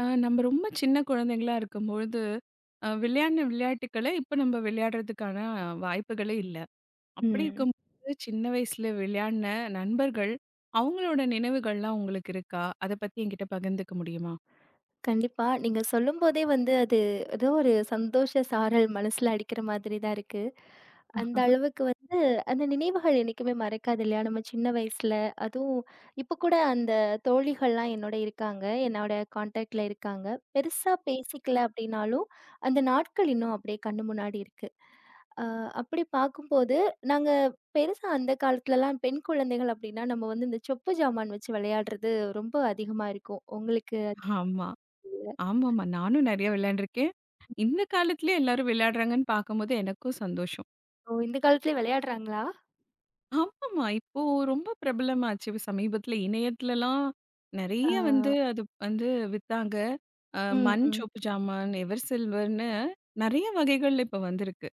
நம்ம ரொம்ப சின்ன குழந்தைங்களா இருக்கும்பொழுது, விளையாடின விளையாட்டுக்கள இப்ப நம்ம விளையாடுறதுக்கான வாய்ப்புகளே இல்ல. அப்படி ம். இருக்கும்போது சின்ன வயசுல விளையாடின நண்பர்கள், அவங்களோட நினைவுகள்லாம் உங்களுக்கு இருக்கா? அத பத்தி என்கிட்ட பகிர்ந்துக்க முடியுமா? கண்டிப்பா. நீங்க சொல்லும்போதே வந்து அது ஏதோ ஒரு சந்தோஷ சாரல் மனசுல அடிக்கிற மாதிரி தான் இருக்கு. அந்த அளவுக்கு வந்து அந்த நினைவுகள் என்னைக்குமே மறக்காது இல்லையா? நம்ம சின்ன வயசுல அதுவும் இப்ப கூட அந்த தோழிகள்லாம் என்னோட இருக்காங்க. என்னோட கான்டாக்ட்ல இருக்காங்க. பெருசா பேசிக்கல அப்படின்னாலும், அந்த நாட்கள் இன்னும் அப்படியே கண்ணு முன்னாடி இருக்கு. அ அப்படி பார்க்கும்போது, நாங்க பெருசா அந்த காலத்துலலாம் பெண் குழந்தைகள் அப்படின்னா, நம்ம வந்து இந்த சொப்பு ஜாமான் வச்சு விளையாடுறது ரொம்ப அதிகமா இருக்கும். உங்களுக்கு ஆமா. ஆமாமா. நானும் நெறைய விளையாண்டுருக்கேன். இந்த காலத்திலயே எல்லாரும் விளையாடுறாங்கன்னு பார்க்கும்போது எனக்கும் சந்தோஷம். ஓ! இந்த காலத்துலயும் விளையாடுறாங்களா? ஆமாமா. இப்போ ரொம்ப பிரபலமாச்சு. சமீபத்தில இணையத்துலலாம் ஆ, நெறைய வந்து அது வந்து வித்தாங்க. அ ம், மண் ம். சொப்பு ஜாமான், எவர் சில்வர்ன்னு நெறைய வகைகள் இப்ப வந்திருக்கு.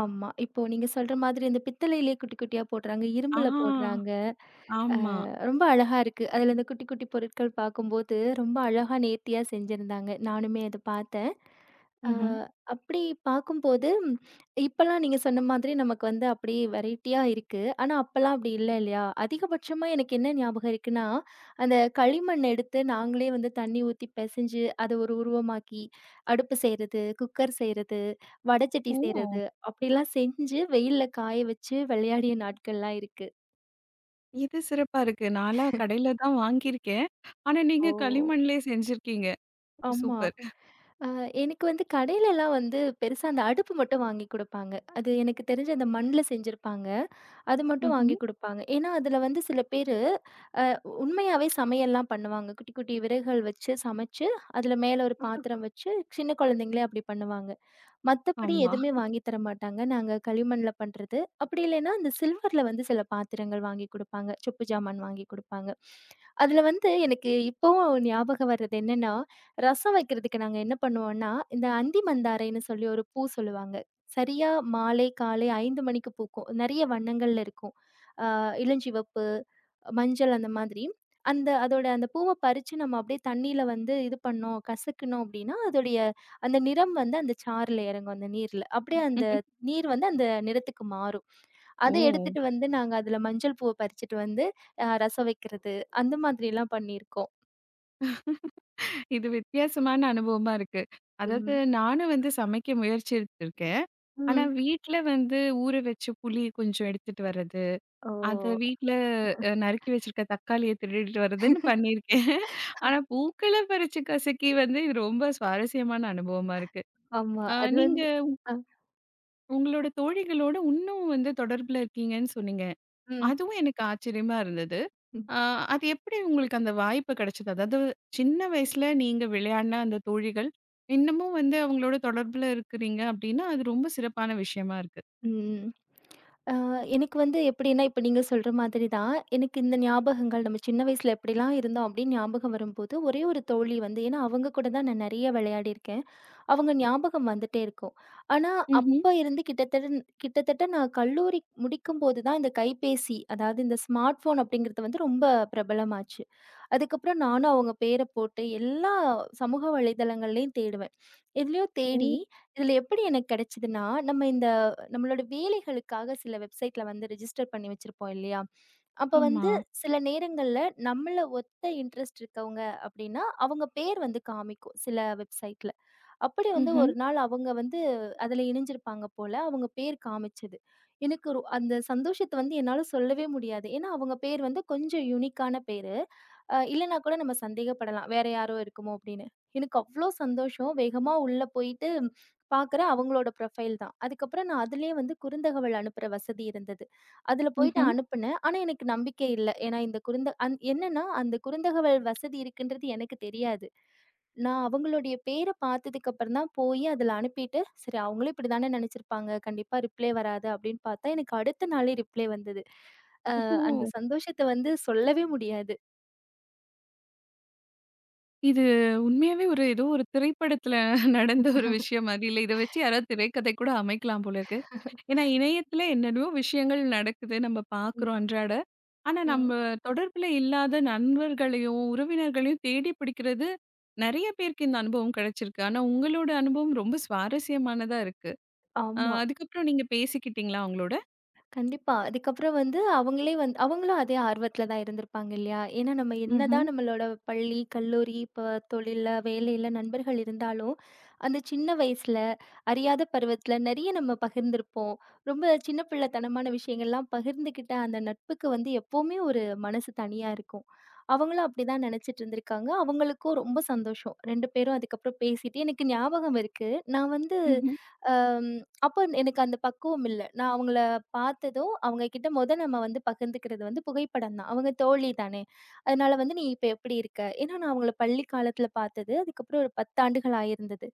ஆமா. இப்போ நீங்க சொல்ற மாதிரி இந்த பித்தளையிலே குட்டி குட்டியா போடுறாங்க, ஆ இரும்புல போடுறாங்க. அ ஆமா. ரொம்ப அழகா இருக்கு. அதில இந்த குட்டி, குட்டி பொருட்கள் பார்க்கும்போது, ரொம்ப அழகா நேர்த்தியா செஞ்சிருந்தாங்க. நானுமே அத பார்த்தேன். அ ம்ஹ்ம். அப்படி பார்க்கும்போது, இப்பலாம் நீங்க சொன்ன மாதிரி நமக்கு வந்து அப்படியே வெரைட்டியா இருக்கு. ஆனா, அப்பலாம் அப்படி இல்ல இல்லையா? அதிகபட்சமா எனக்கு என்ன ஞாபகம் இருக்குன்னா, அந்த களிமண் எடுத்து நாங்களே வந்து தண்ணி ஊத்தி பெசஞ்சு, அத ஒரு உருவமாக்கி, அடுப்பு செய்றது, குக்கர் செய்றது, வடச்சட்டி ஓ! செய்றது, அப்படிலாம் செஞ்சு வெயில்ல காய வச்சு விளையாடிய நாட்கள்லாம் இருக்கு. இது சிறப்பா இருக்கு. நான்லாம் கடையில தான் வாங்கியிருக்கேன். ஆனா ஓ! நீங்க களிமண்லயே செஞ்சிருக்கீங்க. ஆமா. சூப்பர். அ எனக்கு வந்து கடையிலலாம் வந்து பெருசா அந்த அடுப்பு மட்டும் வாங்கி குடுப்பாங்க. அது எனக்கு தெரிஞ்சு அந்த மண்ல செஞ்சிருப்பாங்க. அது மட்டும் ம்ஹ்ம். வாங்கி குடுப்பாங்க. ஏன்னா, அதுல வந்து சில பேரு அ உண்மையாவே சமையல்லாம் பண்ணுவாங்க. குட்டி குட்டி விறகுகள் வச்சு சமைச்சு, அதுல மேல ஒரு பாத்திரம் வச்சு சின்ன குழந்தைங்களே அப்படி பண்ணுவாங்க. மத்தபடி ஆமா. எதுவுமே வாங்கி தர மாட்டாங்க. நாங்க களிமண்ல பண்றது. அப்படி இல்லைன்னா, அந்த சில்வர்ல வந்து சில பாத்திரங்கள் வாங்கி குடுப்பாங்க. சொப்பு ஜாமான் வாங்கி குடுப்பாங்க. அதுல வந்து எனக்கு இப்பவும் ஞாபகம் வர்றது என்னன்னா, ரசம் வைக்கிறதுக்கு நாங்க என்ன பண்ணுவோம்னா, இந்த அந்தி மந்தாரைன்னு சொல்லி ஒரு பூ சொல்லுவாங்க. சரியா மாலை, காலை 5 மணிக்கு பூக்கும். நெறைய வண்ணங்கள்ல இருக்கும். அ இளஞ்சிவப்பு, மஞ்சள் அந்த மாதிரி. அந்த அதோட அந்த பூவ பறிச்சு நம்ம அப்படியே தண்ணீல வந்து இது பண்ணோம், கசக்குனோம் அப்படின்னா, அதோடைய அந்த நிறம் வந்து அந்த சாறுல இறங்கும் அந்த நீர்ல. அப்படியே அந்த நீர் வந்து அந்த நிறத்துக்கு மாறும். அத ஓ! எடுத்துட்டு வந்து நாங்க அதுல மஞ்சள் பூவ பறிச்சுட்டு வந்து ரசம் வைக்கிறது, அந்த மாதிரிலாம் பண்ணியிருக்கோம். இது வித்தியாசமான அனுபவமா இருக்கு. அதாவது ம். நானும் வந்து சமைக்க முயற்சி எடுத்திருக்கேன். ஆனா ம். வீட்ல வந்து ஊற வச்ச புளி கொஞ்சம் எடுத்துட்டு வர்றது, ஓ! அத வீட்ல நறுக்கி வச்சிருக்க தக்காளிய திருடிட்டு வர்றதுன்னு பண்ணியிருக்கேன். ஆனா பூக்கள பறிச்சு கசக்கி வந்து இது ரொம்ப சுவாரஸ்யமான அனுபவமா இருக்கு. ஆமா. அ அது நீங்க வந்து அ உங்களோட தோழிகளோட இன்னும் வந்து தொடர்புல இருக்கீங்கன்னு சொன்னீங்க. ம். அதுவும் எனக்கு ஆச்சரியமா இருந்தது. ம். ஆ, அது எப்படி உங்களுக்கு அந்த வாய்ப்பு கிடைச்சது? அதாவது சின்ன வயசுல நீங்க விளையாடின அந்த தோழிகள், இன்னமும் வந்து அவங்களோட தொடர்புல இருக்கிறீங்க அப்படின்னா, அது ரொம்ப சிறப்பான விஷயமா இருக்கு. ம். அ எனக்கு வந்து எப்படின்னா, இப்ப நீங்க சொல்ற மாதிரி தான். எனக்கு இந்த ஞாபகங்கள் நம்ம சின்ன வயசுல எப்படிலாம் இருந்தோம் அப்படின்னு ஞாபகம் வரும்போது, ஒரே ஒரு தோழி வந்து ஏன்னா அவங்க கூட தான் நான் நெறைய விளையாடியிருக்கேன். அவங்க ஞாபகம் வந்துட்டே இருக்கும். ஆனா, ம்ஹ்ம். அப்ப இருந்து கிட்டத்தட்ட கிட்டத்தட்ட நான் கல்லூரி முடிக்கும்போது தான் இந்த கைபேசி, அதாவது இந்த ஸ்மார்ட் ஃபோன் அப்படிங்கிறது வந்து ரொம்ப பிரபலமாச்சு. அதுக்கப்புறம் நானும் அவங்க பேர போட்டு எல்லா சமூக வலைதளங்கள்லயும் தேடுவேன். எதுலயோ ஓ! தேடி, இதுல எப்படி எனக்கு கிடைச்சதுன்னா, நம்ம இந்த நம்மளோட வேலைகளுக்காக சில வெப்சைட்ல வந்து ரிஜிஸ்டர் பண்ணி வச்சிருப்போம் இல்லையா? அப்ப ஆமா. வந்து சில நேரங்கள்ல நம்மள ஒத்த இன்ட்ரெஸ்ட் இருக்கவங்க அப்படின்னா அவங்க பேர் வந்து காமிக்கும் சில வெப்சைட்ல. அப்படி வந்து ம்ஹ்ம், ஒரு நாள் அவங்க வந்து அதுல இணைஞ்சிருப்பாங்க போல. அவங்க பேர் காமிச்சது. எனக்கு அந்த சந்தோஷத்த வந்து என்னால சொல்லவே முடியாது. ஏன்னா அவங்க பேர் வந்து கொஞ்சம் யூனிக்கான பேரு. இல்லன்னா கூட நம்ம சந்தேகப்படலாம். வேற யாரோ இருக்குமோ அப்படின்னு. எனக்கு அவ்ளோ சந்தோஷம். வேகமா உள்ள போயிட்டு பார்க்குறேன் அவங்களோட ப்ரொஃபைல் தான். அதுக்கப்புறம் நான் அதிலயே வந்து குறுந்தகவல் அனுப்புற வசதி இருந்தது. அதுல போயிட்டு ம்ஹ்ம். அனுப்புனேன். ஆனா எனக்கு நம்பிக்கை இல்ல. ஏன்னா இந்த குறுந்த அந் என்னன்னா, அந்த குறுந்தகவல் வசதி இருக்குன்றது எனக்கு தெரியாது. நான் அவங்களுடைய பேர பார்த்ததுக்கு அப்புறம் தான் போயி அதுல அனுப்பிட்டு, சரி அவங்களும் இப்படிதானே நெனச்சிருப்பாங்க. கண்டிப்பா ரிப்ளே வராது அப்படின்னு பார்த்தா, எனக்கு அடுத்த நாளே ரிப்ளே வந்தது. அந்த ஓ! சந்தோஷத்த வந்து சொல்லவே முடியாது. இது உண்மையாவே ஒரு ஏதோ ஒரு திரைப்படத்துல நடந்த ஒரு விஷயம் மாரி இல்ல. இத வச்சு யாராவது திரைக்கதை கூட அமைக்கலாம் போல இருக்கு. ஏன்னா இணையத்துல என்னென்னவோ விஷயங்கள் நடக்குது. நம்ம பார்க்குறோம் அன்றாட ஆனா, நம்ம ம். தொடர்புல இல்லாத நண்பர்களையும், உறவினர்களையும் தேடி பிடிக்கிறது நெறைய பேருக்கு இந்த அனுபவம் கிடைச்சிருக்கு. ஆனா, உங்களோட அனுபவம் ரொம்ப சுவாரஸ்யமானதா இருக்கு. ஆமா. அதுக்கப்புறம் நீங்க பேசிக்கிட்டீங்களா அவங்களோட? கண்டிப்பா. அதுக்கப்புறம் வந்து அவங்களே வந்து அவங்களும் அதே ஆர்வத்துல தான் இருந்திருப்பாங்க இல்லையா? ஏன்னா நம்ம என்னதான் ம்ஹ்ம். நம்மளோட பள்ளி, கல்லூரி, இப்ப தொழில்ல, வேலையில நண்பர்கள் இருந்தாலும், அந்த சின்ன வயசுல, அறியாத பருவத்துல நெறைய நம்ம பகிர்ந்திருப்போம். ரொம்ப சின்ன பிள்ளைத்தனமான விஷயங்கள்லாம் பகிர்ந்துக்கிட்ட அந்த நட்புக்கு வந்து எப்பவுமே ஒரு மனசு தனியா இருக்கும். அவங்களும் அப்படிதான் நெனைச்சிட்டு இருந்திருக்காங்க. அவங்களுக்கும் ரொம்ப சந்தோஷம். 2 பேரும் அதுக்கப்புறம் பேசிட்டு எனக்கு ஞாபகம் இருக்கு. நான் வந்து, ம்ஹ்ம். அ அப்ப எனக்கு அந்த பக்குவம் இல்ல. நான் அவங்கள பார்த்ததும், அவங்க கிட்ட மொத நம்ம வந்து பகிர்ந்துக்கிறது வந்து புகைப்படம் தான். அவங்க தோழி தானே! அதனால வந்து, "நீ இப்ப எப்படி இருக்க?" ஏன்னா நான் அவங்கள பள்ளி காலத்துல பார்த்தது. அதுக்கப்புறம் ஒரு 10 ஆண்டுகள் ஆயிருந்தது.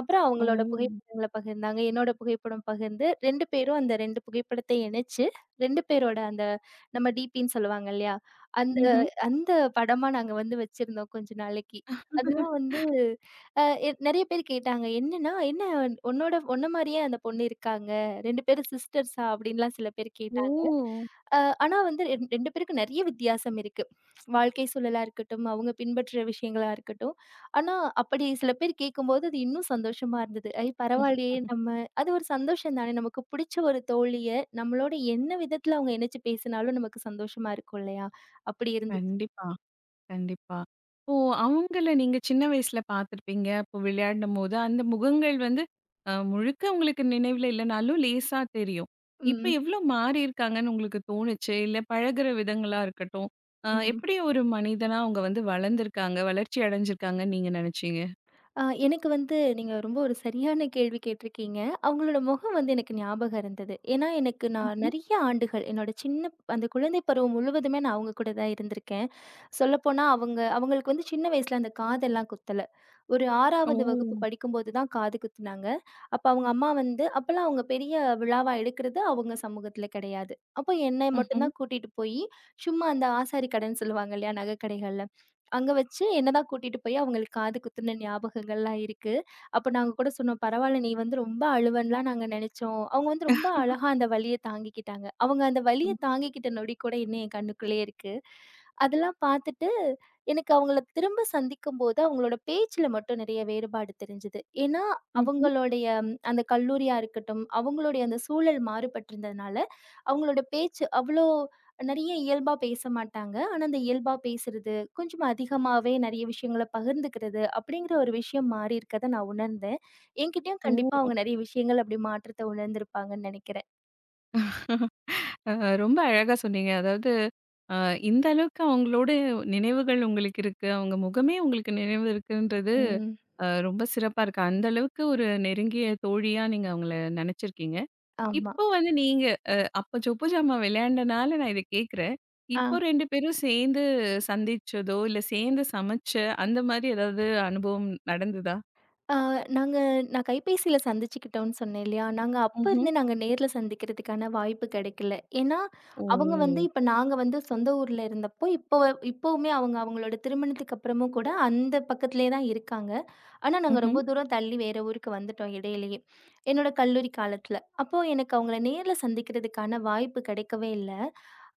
அப்புறம் ஓ! அவங்களோட புகைப்படங்கள பகிர்ந்தாங்க. என்னோட புகைப்படம் பகிர்ந்து 2 பேரும் அந்த 2 புகைப்படத்தை இணைச்சு, 2 பேரோட அந்த நம்ம டிபின்னு சொல்லுவாங்க இல்லயா! அந்த ம்ஹ்ம். அந்த படமா நாங்க வந்து வச்சிருந்தோம் கொஞ்ச நாளைக்கு. அதெல்லாம் வந்து அ எ நெறைய பேர் கேட்டாங்க. என்னன்னா, "என்ன உன்ன மாரியே அந்த பொண்ணு இருக்காங்க. 2 பேரும் சிஸ்டர்ஸா?" அப்படின்லாம் சில பேர் ஓ! கேட்டாங்க. அ ஆனா வந்து 2 பேருக்கும் நெறைய வித்தியாசம் இருக்கு. வாழ்க்கை சூழலா இருக்கட்டும், அவங்க பின்பற்ற விஷயங்களா இருக்கட்டும். ஆனா அப்படி சில பேர் கேட்கும்போது, அது இன்னும் சந்தோஷமா இருந்தது. "ஐ பரவாயில்லையே நம்ம" அது ஒரு சந்தோஷம் தானே. நமக்கு புடிச்ச ஒரு தோழிய, நம்மளோட என்ன விதத்துல அவங்க இணைச்சு பேசினாலும் நமக்கு சந்தோஷமா இருக்கும் இல்லையா? அப்படி இருந்துச்சு. கண்டிப்பா. கண்டிப்பா. இப்போ அவங்கள நீங்க சின்ன வயசுல பார்த்துருப்பீங்க. அப்போ விளையாடும்போது அந்த முகங்கள் வந்து முழுக்க உங்களுக்கு நினைவுல இல்லனாலும் லேசா தெரியும். இப்ப ம். எவ்ளோ மாறியிருக்காங்கன்னு உங்களுக்கு தோணுச்சு? இல்ல பழகுற விதங்களா இருக்கட்டும், ம். எப்படி ஒரு மனிதனா அவங்க வந்து வளர்ந்திருக்காங்க, வளர்ச்சி அடைஞ்சிருக்காங்கன்னு நீங்க நினைச்சீங்க? எனக்கு வந்து நீங்க ரொம்ப ஒரு சரியான கேள்வி கேட்டிருக்கீங்க. அவங்களோட முகம் வந்து எனக்கு ஞாபகம் இருந்தது. ஏன்னா, எனக்கு நான் ம்ஹ்ம். நெறைய ஆண்டுகள் என்னோட சின்ன அந்த குழந்தை பருவம் முழுவதுமே நான் அவங்க கூட தான் இருந்திருக்கேன். சொல்லப்போனா அவங்களுக்கு வந்து சின்ன வயசுல அந்த காதெல்லாம் குத்தல. ஒரு ஓ! 6வது வகுப்பு படிக்கும்போது தான் காது குத்துனாங்க. அப்ப அவங்க அம்மா வந்து அப்பலாம் அவங்க பெரிய விழாவா எடுக்கிறது அவங்க சமூகத்துல கிடையாது. அப்போ என்னை மட்டும் ம்ஹ்ம். தான் கூட்டிட்டு போயி, சும்மா அந்த ஆசாரி கடைன்னு சொல்லுவாங்க இல்லையா? நகைக்கடைகள்ல அங்க வச்சு என்ன தான் கூட்டிட்டு போய் அவங்களுக்கு காது குத்துன ஞாபகங்கள்லாம் இருக்கு. அப்ப நாங்க கூட சொன்னோம், "பரவால்ல நீ வந்து ரொம்ப அழுவன்லாம் நாங்க நெனச்சோம்." அவங்க வந்து ரொம்ப அழகா அந்த வலிய தாங்கிக்கிட்டாங்க. அவங்க அந்த வலிய ம். தாங்கிக்கிட்ட நொடி கூட இன்னும் என் கண்ணுக்குள்ளயே இருக்கு. அதெல்லாம் பார்த்துட்டு எனக்கு அவங்கள திரும்ப சந்திக்கும்போது அவங்களோட பேச்சுல மட்டும் நெறைய வேறுபாடு தெரிஞ்சது. ஏன்னா ம்ஹ்ம். ம்ஹ்ம். அந்த கல்லூரியா இருக்கட்டும், அவங்களுடைய அந்த சூழல் மாறுபட்டிருந்ததுனால, அவங்களோட பேச்சு அவ்ளோ நிறைய இயல்பா பேச மாட்டாங்க. ஆனா, அந்த இயல்பா பேசுறது, கொஞ்சம் அதிகமாவே நெறைய விஷயங்கள பகிர்ந்துக்கிறது, அப்படிங்கிற ஒரு விஷயம் மாறி இருக்கத நான் உணர்ந்தேன். என்கிட்டயும் கண்டிப்பா ஓ! அவங்க நெறைய விஷயங்கள் அப்படி மாற்றத்த உணர்ந்திருப்பாங்கன்னு நெனைக்கிறேன். அ ரொம்ப அழகா சொன்னீங்க. அதாவது அ இந்த அளவுக்கு அவங்களோட நினைவுகள் உங்களுக்கு இருக்கு. அவங்க முகமே உங்களுக்கு நினைவு இருக்குன்றது ம். ரொம்ப சிறப்பா இருக்கு. அந்த அளவுக்கு ஒரு நெருங்கிய தோழியா நீங்க அவங்கள நெனச்சிருக்கீங்க. ஆமா. இப்போ வந்து நீங்க அப்ப சொப்பு ஜாமா விளையாண்டனால நான் இத கேட்கிறேன். ஆ. இப்போ 2 பேரும் சேர்ந்து சந்திச்சதோ, இல்ல சேர்ந்து சமைச்ச அந்த மாரி ஏதாவது அனுபவம் நடந்ததா? ஆ நாங்க நான் கைபேசியில சந்திச்சுக்கிட்டோம்னு சொன்னேன் இல்லையா? நாங்க அப்ப ம்ஹ்ம். இருந்து நாங்க நேர்ல சந்திக்கிறதுக்கான வாய்ப்பு கெடைக்கல. ஏன்னா, ஓ! அவங்க வந்து இப்ப நாங்க வந்து சொந்த ஊர்ல இருந்தப்போ, இப்பவுமே அவங்க அவங்களோட திருமணத்துக்கு அப்புறமும் கூட அந்த பக்கத்திலேயே தான் இருக்காங்க. ஆனா, நாங்க ம்ஹ்ம், ரொம்ப தூரம் தள்ளி வேற ஊருக்கு வந்துட்டோம் இடையிலேயே. என்னோட கல்லூரி காலத்துல. அப்போ எனக்கு அவங்கள நேர்ல சந்திக்கிறதுக்கான வாய்ப்பு கிடைக்கவே இல்ல.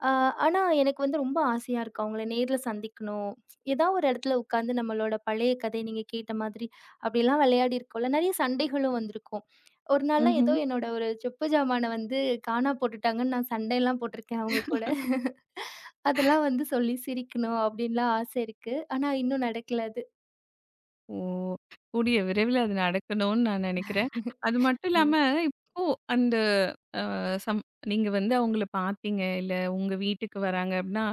அ ஆனா, எனக்கு வந்து ரொம்ப ஆசையா இருக்கு. அவங்கள நேர்ல சந்திக்கணும். ஏதாவது ஒரு இடத்துல உட்கார்ந்து நம்மளோட பழைய கதை நீங்க கேட்ட மாதிரி அப்படிலாம் விளையாடி இருக்கோம்ல. நெறைய சண்டைகளும் வந்திருக்கும். ஒரு நாள்லாம் ஏதோ ம்ஹ்ம். என்னோட ஒரு செப்பு ஜாமான வந்து காணா போட்டுட்டாங்கன்னு நான் சண்டைலாம் போட்டிருக்கேன் அவங்க கூட. அதெல்லாம் வந்து சொல்லி சிரிக்கணும் அப்படின்லாம் ஆசை இருக்கு. ஆனா, இன்னும் நடக்கல அது. ஓ! கூடிய விரைவில அது நடக்கணும்னு நான் நினைக்கிறேன். அது மட்டும் ம். இல்லாம, இப்போ அந்த அ சம் நீங்க வந்து அவங்கள பார்த்தீங்க, இல்ல உங்க வீட்டுக்கு வராங்க அப்படின்னா,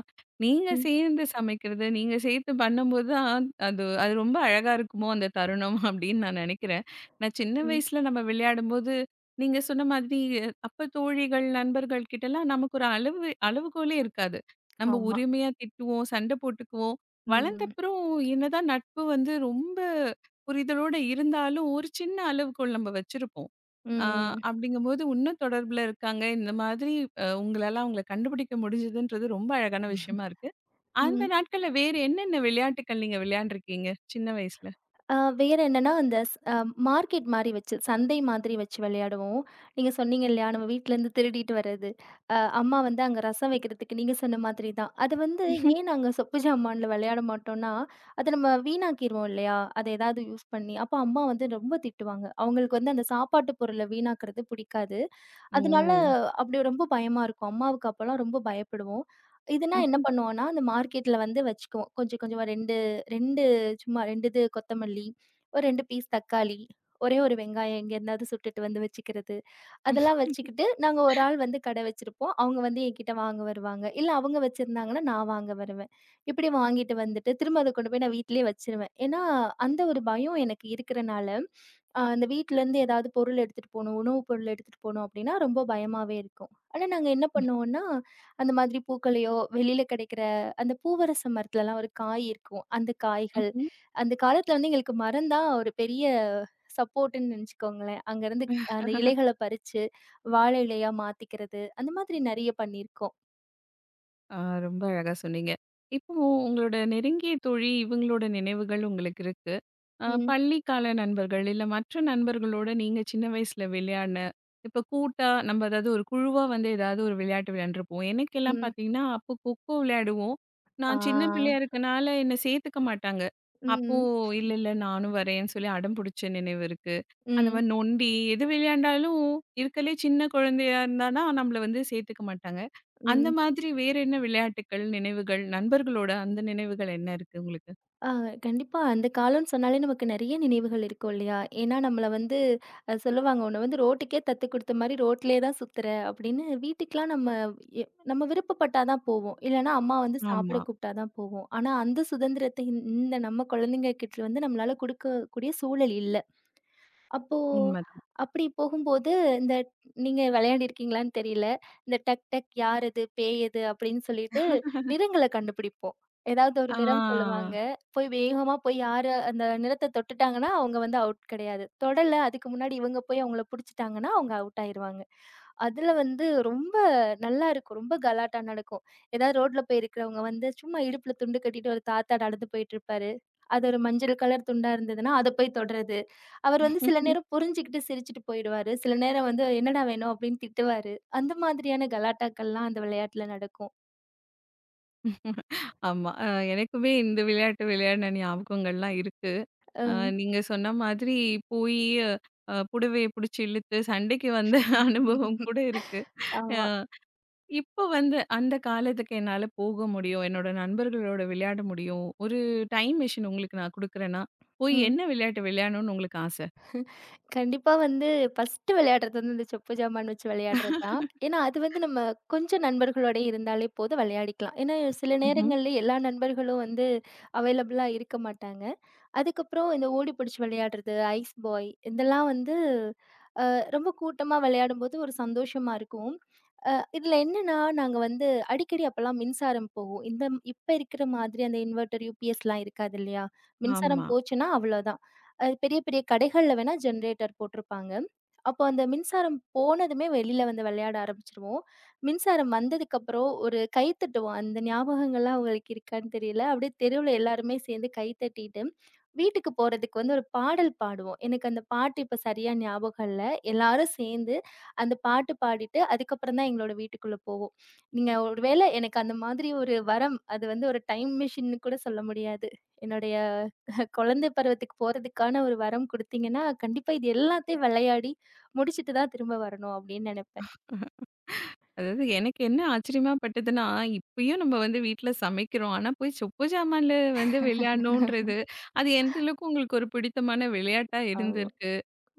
நீங்க ம். சேர்ந்து சமைக்கிறது, நீங்க சேர்த்து பண்ணும்போது தான் அது அது ரொம்ப அழகா இருக்குமோ அந்த தருணம் அப்படின்னு நான் நினைக்கிறேன். நான் சின்ன வயசுல நம்ம விளையாடும்போது, நீங்க சொன்ன மாதிரி அப்ப தோழிகள், நண்பர்கள் கிட்டலாம் நமக்கு ஒரு அளவு அளவுகோலே இருக்காது. நம்ம ஆமா. உரிமையா திட்டுவோம், சண்டை போட்டுக்குவோம். ம். வளர்ந்தப்புறம் என்னதான் நட்பு வந்து ரொம்ப புரிதலோட இருந்தாலும், ஒரு சின்ன அளவுக்குள் நம்ம வச்சிருப்போம். ஆ ம். அப்படிங்கும்போது இன்னும் தொடர்புல இருக்காங்க. இந்த மாதிரி உங்களால அவங்கள கண்டுபிடிக்க முடிஞ்சதுன்றது ரொம்ப அழகான விஷயமா இருக்கு. அந்த ம். நாட்கள்ல வேறு என்னென்ன விளையாட்டுக்கள் நீங்க விளையாண்டுருக்கீங்க? சின்ன வயசுல. வேற என்னன்னா, அந்த ஸ் அ மார்க்கெட் மாரி வச்சு, சந்தை மாதிரி வச்சு விளையாடுவோம். நீங்க சொன்னீங்க இல்லையா? நம்ம வீட்லருந்து திருடிட்டு வர்றது. அம்மா வந்து அங்க ரசம் வைக்கிறதுக்கு நீங்க சொன்ன மாதிரி தான். அது வந்து ஏன் நாங்க சொப்பு ஜாமான்ல விளையாட மாட்டோம்னா, அத நம்ம வீணாக்கிருவோம் இல்லையா? அத ஏதாவது யூஸ் பண்ணி. அப்ப அம்மா வந்து ரொம்ப திட்டுவாங்க. அவங்களுக்கு வந்து அந்த சாப்பாட்டு பொருள வீணாக்குறது பிடிக்காது. ஓ! அதனால அப்படி ரொம்ப பயமா இருக்கும். அம்மாவுக்கு அப்பலாம் ரொம்ப பயப்படுவோம். இதுனா என்ன பண்ணுவோம்னா, அந்த மார்க்கெட்ல வந்து வச்சுக்குவோம். கொஞ்சம் கொஞ்சமா 2 சும்மா 2 இது கொத்தமல்லி, ஒரு 2 பீஸ் தக்காளி, ஒரே ஒரு வெங்காயம் எங்க இருந்தாவது சுட்டுட்டு வந்து வச்சுக்கிறது. அதெல்லாம் வச்சுக்கிட்டு, நாங்க ஒரு ஆள் வந்து கடை வச்சிருப்போம். அவங்க வந்து என்கிட்ட வாங்க வருவாங்க. இல்ல அவங்க வச்சிருந்தாங்கன்னா, நான் வாங்க வருவேன். இப்படி வாங்கிட்டு வந்துட்டு, திரும்ப அத கொண்டு போய் நான் வீட்டிலேயே வச்சுருவேன். ஏன்னா, அந்த ஒரு பயம் எனக்கு இருக்கிறனால, அந்த வீட்லருந்து ஏதாவது பொருள் எடுத்துட்டு போணும், உணவு பொருள் எடுத்துட்டு போணும் அப்படின்னா, ரொம்ப பயமாவே இருக்கும். ஆனா, நாங்க என்ன பண்ணுவோம்னா, அந்த மாதிரி பூக்களையோ, வெளியில கிடைக்கிற அந்த பூவரச மரத்துலலாம் ஒரு காய் இருக்கும். அந்த காய்கள், உம்ஹும். அந்த காலத்துல வந்து எங்களுக்கு மரம் தான் ஒரு பெரிய சப்போர்ட்டுன்னு நெனச்சுக்கோங்களேன். அங்கருந்து அந்த இலைகள பறிச்சு வாழை இலையா மாத்திக்கிறது, அந்த மாதிரி நெறைய பண்ணியிருக்கோம். ஆ, ரொம்ப அழகா சொன்னீங்க. இப்போ உங்களோட நெருங்கிய தோழி இவங்களோட நினைவுகள் உங்களுக்கு இருக்கு. ம். பள்ளிக்கால நண்பர்கள், இல்ல மற்ற நண்பர்களோட நீங்க சின்ன வயசுல விளையாடின, இப்போ கூட்டா நம்ம ஏதாவது ஒரு குழுவா வந்து ஏதாவது ஒரு விளையாட்டு விளையாண்டுருப்போம். எனக்கெல்லாம் ம். பார்த்தீங்கன்னா, அப்போ கொக்கோ விளையாடுவோம். ஆ. நான் சின்ன பிள்ளையா இருக்கனால என்ன சேர்த்துக்க மாட்டாங்க. அப்போ ம். இல்ல, இல்ல நானும் வரேன்னு சொல்லி அடம் பிடிச்ச நினைவு இருக்கு. அந்த ம். மாரி நொண்டி எது விளையாண்டாலும் இருக்கலே சின்ன குழந்தையா இருந்தா தான் நம்மள வந்து சேர்த்துக்க மாட்டாங்க. அந்த ம். மாதிரி வேற என்ன விளையாட்டுக்கள், நினைவுகள், நண்பர்களோட அந்த நினைவுகள் என்ன இருக்கு உங்களுக்கு? ஆ கண்டிப்பா அந்த காலம்னு சொன்னாலே நமக்கு நெறைய நினைவுகள் இருக்கும் இல்லையா? ஏன்னா நம்மள வந்து சொல்லுவாங்க, "உன்ன வந்து ரோட்டுக்கே தத்து குடுத்த மாரி ரோட்லயே தான் சுத்துற" அப்படின்னு வீட்டுக்கெல்லாம் நம்ம எ நம்ம விருப்பப்பட்டா தான் போவோம். இல்லன்னா அம்மா வந்து சாப்பிட ஆமா. கூப்பிட்டா தான் போவோம். ஆனா அந்த சுதந்திரத்த இந்த நம்ம குழந்தைங்க கிட்ட வந்து நம்மளால குடுக்கக்கூடிய சூழல் இல்ல. அப்போ உண்மதான். அப்படி போகும்போது, இந்த நீங்க விளையாடிருக்கீங்களான்னு தெரியல. இந்த டக் டக் யார் அது? பேய் எது? அப்படின்னு சொல்லிட்டு நிறங்கள கண்டுபிடிப்போம். ஏதாவது ஒரு ஆ நிறம் சொல்லுவாங்க. வேகமா போய் யாரு அந்த நிறத்த தொட்டுட்டாங்கன்னா, அவங்க வந்து அவுட் கிடையாது. தொடல அதுக்கு முன்னாடி இவங்க போய் அவங்கள புடிச்சுட்டாங்கன்னா, அவங்க அவுட் ஆயிருவாங்க. அதுல வந்து ரொம்ப நல்லாருக்கும். ரொம்ப கலாட்டா நடக்கும். ஏதாவது ரோட்ல போய் இருக்கிறவங்க வந்து சும்மா இடுப்புல துண்டு கட்டிட்டு ஒரு தாத்தா நடந்து போயிட்டுருப்பாரு. அது ஒரு மஞ்சள் கலர் துண்டா இருந்ததுன்னா, அத போய் தொடுறது. அவர் வந்து சில நேரம் புரிஞ்சுகிட்டு சிரிச்சுட்டு போயிடுவாரு. சில நேரம் வந்து "என்னடா வேணும்?" அப்படின்னு திட்டுவாரு. அந்த மாதிரியான கலாட்டாக்கள்லாம் அந்த விளையாட்டுல நடக்கும். ஆமா. எனக்குமே இந்த விளையாட்டு விளையாடின ஞாபகங்கள்லாம் இருக்கு. அ ம். நீங்க சொன்ன மாதிரி போயி புடவைய புடிச்சு இழுத்து சண்டைக்கு வந்த அனுபவம் கூட இருக்கு. அ ஆமா. இப்ப வந்து அந்த காலத்துக்கு என்னால போக முடியும். என்னோட நண்பர்களோட விளையாட முடியும். ஒரு டைம் மெஷின் உங்களுக்கு நான் குடுக்குறேன்னா, போய் ம். என்ன விளையாட்டு விளையாடணும்னு உங்களுக்கு ஆசை? கண்டிப்பா வந்து ஃபர்ஸ்ட்டு விளையாடுறது வந்து இந்த சொப்பு ஜாமான் வச்சு விளையாடுறது தான். ஏன்னா, அது வந்து நம்ம கொஞ்சம் நண்பர்களோட இருந்தாலே போதும் விளையாடிக்கலாம். ஏன்னா, சில ம்ஹ்ம். நேரங்கள்ல எல்லா நண்பர்களும் வந்து அவைலபிளா இருக்க மாட்டாங்க. அதுக்கப்புறம் இந்த ஓடி பிடிச்சு விளையாடுறது, ஐஸ் பாய் இதெல்லாம் வந்து ரொம்ப கூட்டமா விளையாடும்போது ஒரு சந்தோஷமா இருக்கும். இதுல என்னன்னா, நாங்க வந்து அடிக்கடி அப்பலாம் மின்சாரம் போகும். இந்த இப்ப இருக்கிற மாதிரி அந்த இன்வெர்டர், யூபிஎஸ்லாம் இருக்காது இல்லையா? மின்சாரம் ஆமா. போச்சுன்னா அவ்வளோதான். அது பெரிய பெரிய கடைகள்ல வேணா ஜெனரேட்டர் போட்டிருப்பாங்க. அப்போ அந்த மின்சாரம் போனதுமே வெளியில வந்து விளையாட ஆரம்பிச்சுருவோம். மின்சாரம் வந்ததுக்கப்புறம் ஒரு கை தட்டுவோம். அந்த ஞாபகங்கள்லாம் உங்களுக்கு இருக்கான்னு தெரியல. அப்படியே தெருவுல எல்லாருமே சேர்ந்து கை தட்டிட்டு, வீட்டுக்கு போறதுக்கு வந்து ஒரு பாடல் பாடுவோம். எனக்கு அந்த பாட்டு இப்ப சரியா ஞாபகம் இல்ல. எல்லாரும் சேர்ந்து அந்த பாட்டு பாடிட்டு, அதுக்கப்புறம் தான் எங்களோட வீட்டுக்குள்ள போவோம். நீங்க ஒரு வேளை எனக்கு அந்த மாதிரி ஒரு வரம், அது வந்து ஒரு டைம் மிஷின்னு கூட சொல்ல முடியாது. என்னுடைய குழந்தை பருவத்துக்கு போறதுக்கான ஒரு வரம் குடுத்தீங்கன்னா, கண்டிப்பா இது எல்லாத்தையும் விளையாடி முடிச்சுட்டு தான் திரும்ப வரணும் அப்படின்னு நெனைப்பேன். அதாவது எனக்கு என்ன ஆச்சரியமா பட்டதுன்னா, இப்பயும் நம்ம வந்து வீட்ல சமைக்கிறோம். ஆனா போய் சொப்பு ஜாமான்ல வந்து விளையாடணுன்றது, அது எந்த அளவுக்கு உங்களுக்கு ஒரு பிடித்தமான விளையாட்டா ஆமா. இருந்திருக்கு?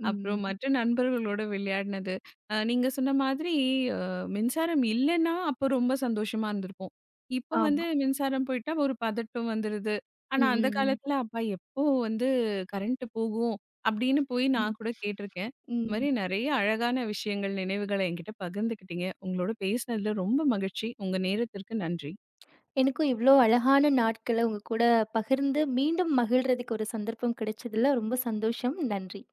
ம். அப்புறம் மற்ற நண்பர்களோட விளையாடினது. நீங்க சொன்ன மாதிரி அ மின்சாரம் இல்லன்னா, அப்போ ரொம்ப சந்தோஷமா இருந்திருப்போம். இப்போ ஆமா. வந்து மின்சாரம் போயிட்டா ஒரு பதட்டம் வந்துருது. ம், ஆனா அந்த ம், காலத்துல அப்பா எப்போ வந்து கரண்ட் போகும் அப்படின்னு போய் ம். நான் கூட கேட்டிருக்கேன். இந்த ம். மாரி நெறைய அழகான விஷயங்கள், நினைவுகள என்கிட்ட பகிர்ந்துக்கிட்டீங்க. உங்களோட பேசினதுல ரொம்ப மகிழ்ச்சி. உங்க நேரத்திற்கு நன்றி. எனக்கும் இவ்ளோ அழகான நாட்கள உங்க கூட பகிர்ந்து மீண்டும் மகிழ்றதுக்கு ஒரு சந்தர்ப்பம் கிடைச்சதுல ரொம்ப சந்தோஷம். நன்றி.